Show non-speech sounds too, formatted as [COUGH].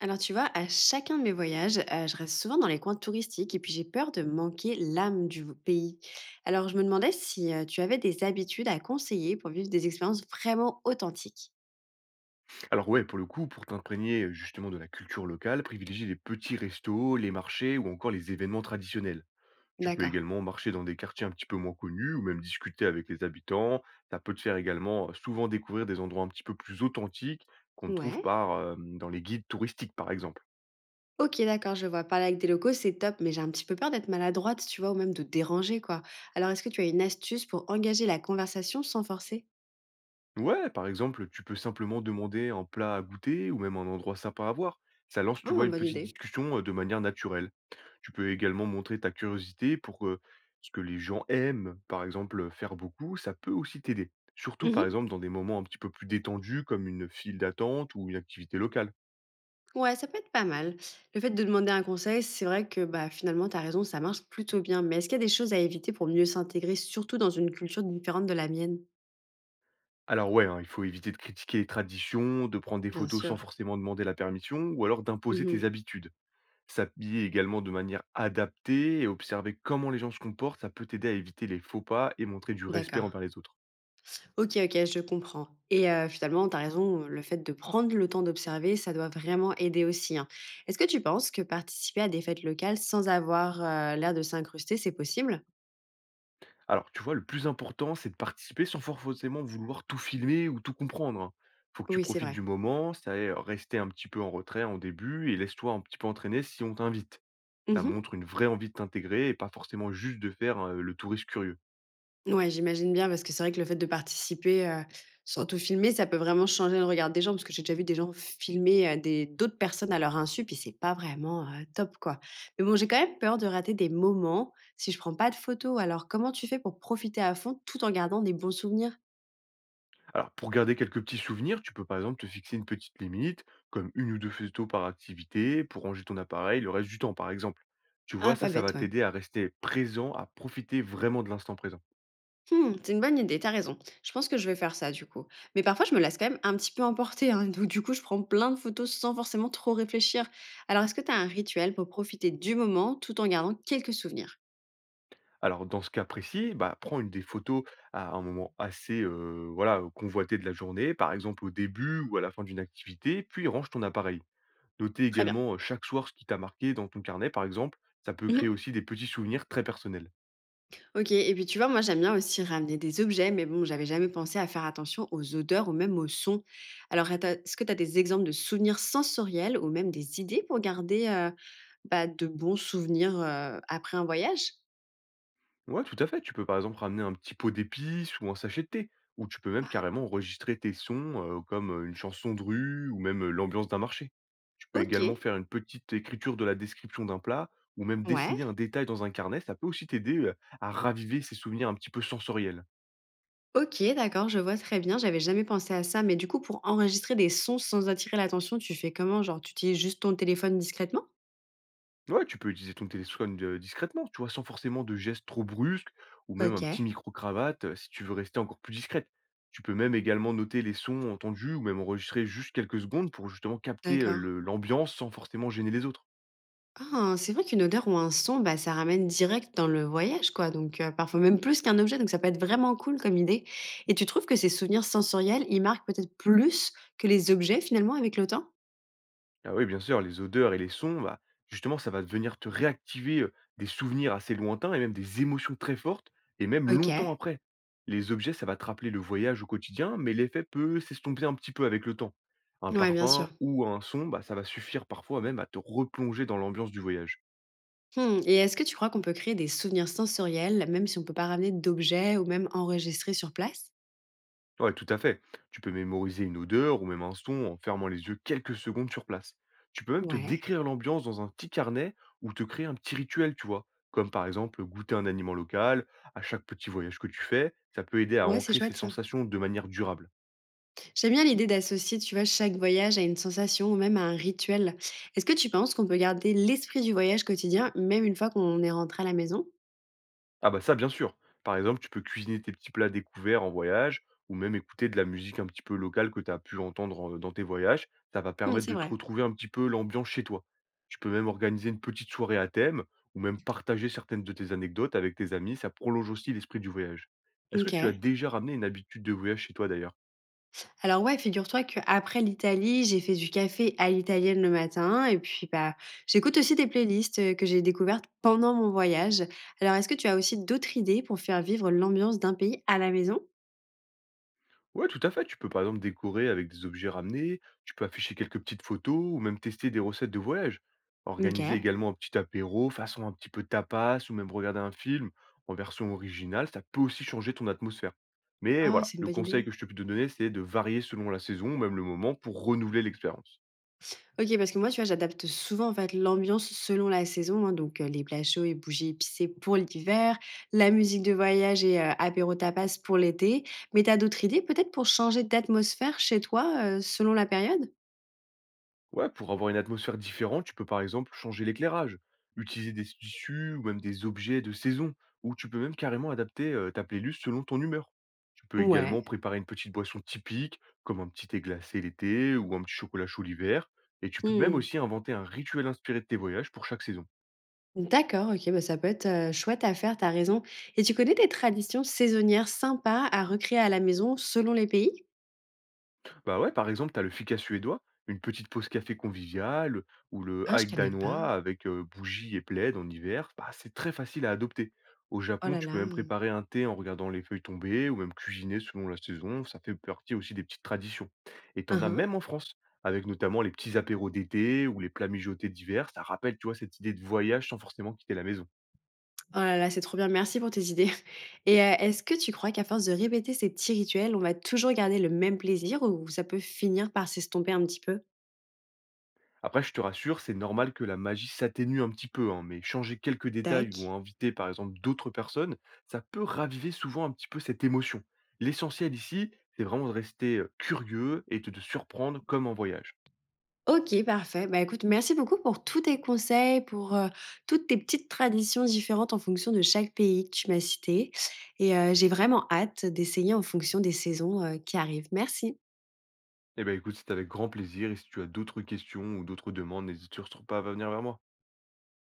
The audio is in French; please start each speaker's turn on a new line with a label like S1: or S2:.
S1: Alors tu vois, à chacun de mes voyages, je reste souvent dans les coins touristiques et puis j'ai peur de manquer l'âme du pays. Alors je me demandais si tu avais des habitudes à conseiller pour vivre des expériences vraiment authentiques.
S2: Alors ouais, pour le coup, pour t'imprégner justement de la culture locale, privilégie les petits restos, les marchés ou encore les événements traditionnels. Tu peux
S1: D'accord.
S2: également marcher dans des quartiers un petit peu moins connus ou même discuter avec les habitants. Ça peut te faire également souvent découvrir des endroits un petit peu plus authentiques qu'on ne trouve
S1: Ouais.
S2: pas dans les guides touristiques, par exemple.
S1: Ok, d'accord, je vois. Parler avec des locaux, c'est top, mais j'ai un petit peu peur d'être maladroite, tu vois, ou même de déranger, quoi. Alors est-ce que tu as une astuce pour engager la conversation sans forcer?
S2: Ouais, par exemple, tu peux simplement demander un plat à goûter ou même un endroit sympa à voir. Ça lance,
S1: Ah,
S2: tu vois, une
S1: bonne
S2: petite
S1: idée.
S2: discussion de manière naturelle. Tu peux également montrer ta curiosité pour ce que les gens aiment, par exemple, faire beaucoup, ça peut aussi t'aider. Surtout, par
S1: Mhm.
S2: exemple, dans des moments un petit peu plus détendus, comme une file d'attente ou une activité locale.
S1: Ouais, ça peut être pas mal. Le fait de demander un conseil, c'est vrai que bah, finalement, tu as raison, ça marche plutôt bien. Mais est-ce qu'il y a des choses à éviter pour mieux s'intégrer, surtout dans une culture différente de la mienne?
S2: Alors ouais, hein, il faut éviter de critiquer les traditions, de prendre des
S1: Bien
S2: photos sans
S1: sûr.
S2: forcément demander la permission, ou alors d'imposer tes
S1: Mhm.
S2: habitudes. S'habiller également de manière adaptée et observer comment les gens se comportent, ça peut t'aider à éviter les faux pas et montrer du respect
S1: D'accord.
S2: envers les autres.
S1: Ok, ok, je comprends. Et finalement, tu as raison, le fait de prendre le temps d'observer, ça doit vraiment aider aussi, hein. Est-ce que tu penses que participer à des fêtes locales sans avoir l'air de s'incruster, c'est possible?
S2: Alors, tu vois, le plus important, c'est de participer sans forcément vouloir tout filmer ou tout comprendre, hein. Faut que tu
S1: Oui, c'est
S2: profites
S1: vrai.
S2: du moment, ça est rester un petit peu en retrait en début et laisse-toi un petit peu entraîner si on t'invite. Ça
S1: Mhm.
S2: montre une vraie envie de t'intégrer et pas forcément juste de faire le touriste curieux.
S1: Ouais, j'imagine bien parce que c'est vrai que le fait de participer, sans filmer, ça peut vraiment changer le regard des gens parce que j'ai déjà vu des gens filmer, des d'autres personnes à leur insu, puis c'est pas vraiment, top, quoi. Mais bon, j'ai quand même peur de rater des moments si je prends pas de photos. Alors comment tu fais pour profiter à fond tout en gardant des bons souvenirs?
S2: Alors, pour garder quelques petits souvenirs, tu peux par exemple te fixer une petite limite, comme une ou deux photos par activité, pour ranger ton appareil le reste du temps, par exemple. Tu
S1: Ah,
S2: vois, ça,
S1: pas
S2: ça
S1: bête,
S2: va
S1: ouais.
S2: t'aider à rester présent, à profiter vraiment de l'instant présent.
S1: Mmh, c'est une bonne idée, t'as raison. Je pense que je vais faire ça, du coup. Mais parfois, je me laisse quand même un petit peu emporter, hein, donc du coup, je prends plein de photos sans forcément trop réfléchir. Alors est-ce que t'as un rituel pour profiter du moment tout en gardant quelques souvenirs?
S2: Alors, dans ce cas précis, bah, prends une des photos à un moment assez voilà, convoité de la journée, par exemple au début ou à la fin d'une activité, puis range ton appareil. Notez
S1: Très bien.
S2: également chaque soir ce qui t'a marqué dans ton carnet, par exemple. Ça peut créer
S1: Mmh.
S2: aussi des petits souvenirs très personnels.
S1: OK, et puis tu vois, moi j'aime bien aussi ramener des objets, mais bon, j'avais jamais pensé à faire attention aux odeurs ou même aux sons. Alors est-ce que tu as des exemples de souvenirs sensoriels ou même des idées pour garder, bah, de bons souvenirs, après un voyage?
S2: Ouais, tout à fait. Tu peux par exemple ramener un petit pot d'épices ou un sachet de thé, ou tu peux même carrément enregistrer tes sons comme une chanson de rue ou même l'ambiance d'un marché. Tu peux également
S1: OK.
S2: faire une petite écriture de la description d'un plat ou même
S1: Ouais.
S2: dessiner un détail dans un carnet. Ça peut aussi t'aider à raviver ces souvenirs un petit peu sensoriels.
S1: OK, d'accord, je vois très bien, j'avais jamais pensé à ça, mais du coup pour enregistrer des sons sans attirer l'attention, tu fais comment? Genre tu utilises juste ton téléphone discrètement?
S2: Ouais, tu peux utiliser ton téléphone, discrètement, tu vois? Sans forcément de gestes trop brusques ou même un petit
S1: OK,
S2: micro-cravate, si tu veux rester encore plus discrète. Tu peux même également noter les sons entendus ou même enregistrer juste quelques secondes pour justement capter,
S1: d'accord.
S2: le l'ambiance sans forcément gêner les autres.
S1: Ah, c'est vrai qu'une odeur ou un son, bah, ça ramène direct dans le voyage, quoi. Donc, parfois même plus qu'un objet, donc ça peut être vraiment cool comme idée. Et tu trouves que ces souvenirs sensoriels, ils marquent peut-être plus que les objets finalement avec le temps?
S2: Ah oui, bien sûr, les odeurs et les sons, bah, justement, ça va venir te réactiver des souvenirs assez lointains et même des émotions très fortes, et même longtemps
S1: OK.
S2: après. Les objets, ça va te rappeler le voyage au quotidien, mais l'effet peut s'estomper un petit peu avec le temps. Un
S1: Ouais, bien sûr.
S2: parfum ou un son, bah, ça va suffire parfois même à te replonger dans l'ambiance du voyage.
S1: Mmh, et est-ce que tu crois qu'on peut créer des souvenirs sensoriels, même si on peut pas ramener d'objets ou même enregistrer sur place?
S2: Ouais, tout à fait. Tu peux mémoriser une odeur ou même un son en fermant les yeux quelques secondes sur place. Tu peux même te
S1: Ouais.
S2: décrire l'ambiance dans un petit carnet ou te créer un petit rituel, tu vois. Comme par exemple goûter un aliment local, à chaque petit voyage que tu fais, ça peut aider à
S1: Ouais, c'est
S2: ancrer ces
S1: chouette ça.
S2: sensations de manière durable.
S1: J'aime bien l'idée d'associer, tu vois, chaque voyage à une sensation ou même à un rituel. Est-ce que tu penses qu'on peut garder l'esprit du voyage quotidien, même une fois qu'on est rentré à la maison?
S2: Ah bah ça, bien sûr. Par exemple, tu peux cuisiner tes petits plats découverts en voyage ou même écouter de la musique un petit peu locale que tu as pu entendre dans tes voyages. Ça va
S1: Mmh,
S2: permettre
S1: c'est
S2: de te
S1: vrai.
S2: retrouver un petit peu l'ambiance chez toi. Tu peux même organiser une petite soirée à thème ou même partager certaines de tes anecdotes avec tes amis. Ça prolonge aussi l'esprit du voyage. Est-ce que tu as
S1: OK.
S2: déjà ramené une habitude de voyage chez toi d'ailleurs?
S1: Alors ouais, figure-toi qu'après l'Italie, j'ai fait du café à l'italienne le matin et puis, bah, j'écoute aussi des playlists, que j'ai découvertes pendant mon voyage. Alors est-ce que tu as aussi d'autres idées pour faire vivre l'ambiance d'un pays à la maison?
S2: Ouais, tout à fait. Tu peux par exemple décorer avec des objets ramenés, tu peux afficher quelques petites photos ou même tester des recettes de voyage. Organiser
S1: OK.
S2: également un petit apéro, façon un petit peu tapas ou même regarder un film en version originale, ça peut aussi changer ton atmosphère. Mais
S1: Oh,
S2: voilà,
S1: c'est une
S2: le
S1: bonne
S2: conseil
S1: idée.
S2: que je te peux te donner, c'est de varier selon la saison ou même le moment pour renouveler l'expérience.
S1: OK, parce que moi, tu vois, j'adapte souvent, en fait, l'ambiance selon la saison, hein, donc les plats chauds et bougies épicées pour l'hiver, la musique de voyage et apéro tapas pour l'été. Mais t'as d'autres idées peut-être pour changer d'atmosphère chez toi, selon la période?
S2: Ouais, pour avoir une atmosphère différente, tu peux par exemple changer l'éclairage, utiliser des tissus ou même des objets de saison, ou tu peux même carrément adapter ta playlist selon ton humeur. Tu peux
S1: Ouais.
S2: également préparer une petite boisson typique, comme un petit thé glacé l'été ou un petit chocolat chaud l'hiver, et tu peux même
S1: Mmh.
S2: aussi inventer un rituel inspiré de tes voyages pour chaque saison.
S1: D'accord, OK, bah, ça peut être, chouette à faire, tu raison, et tu connais des traditions saisonnières sympas à recréer à la maison selon les pays?
S2: Bah ouais, par exemple, t'as le fika suédois, une petite pause café conviviale, ou le
S1: Ah, je
S2: hike
S1: connais
S2: danois
S1: pas.
S2: avec bougies et plaid en hiver. Bah, c'est très facile à adopter. Au
S1: Oh
S2: Japon,
S1: là
S2: tu peux
S1: là,
S2: même préparer un thé en regardant les feuilles tomber, ou même cuisiner selon la saison. Ça fait partie aussi des petites traditions. Et
S1: hein,
S2: t'en as
S1: hein.
S2: même en France, avec notamment les petits apéros d'été ou les plats mijotés d'hiver. Ça rappelle, tu vois, cette idée de voyage sans forcément quitter la maison.
S1: Oh là là, c'est trop bien, merci pour tes idées [LAUGHS] et est-ce que tu crois qu'à force de répéter ces petits rituels, on va toujours garder le même plaisir ou ça peut finir par s'estomper un petit peu?
S2: Après, je te rassure, c'est normal que la magie s'atténue un petit peu, hein, mais changer quelques détails
S1: Tac.
S2: ou inviter par exemple d'autres personnes, ça peut raviver souvent un petit peu cette émotion. L'essentiel ici, c'est vraiment de rester curieux et de te surprendre comme en voyage.
S1: OK, parfait. Bah, écoute, merci beaucoup pour tous tes conseils, pour, toutes tes petites traditions différentes en fonction de chaque pays que tu m'as cité, et j'ai vraiment hâte d'essayer en fonction des saisons, qui arrivent. Merci.
S2: Eh bien écoute, c'est avec grand plaisir et si tu as d'autres questions ou d'autres demandes, n'hésite surtout pas à venir vers moi.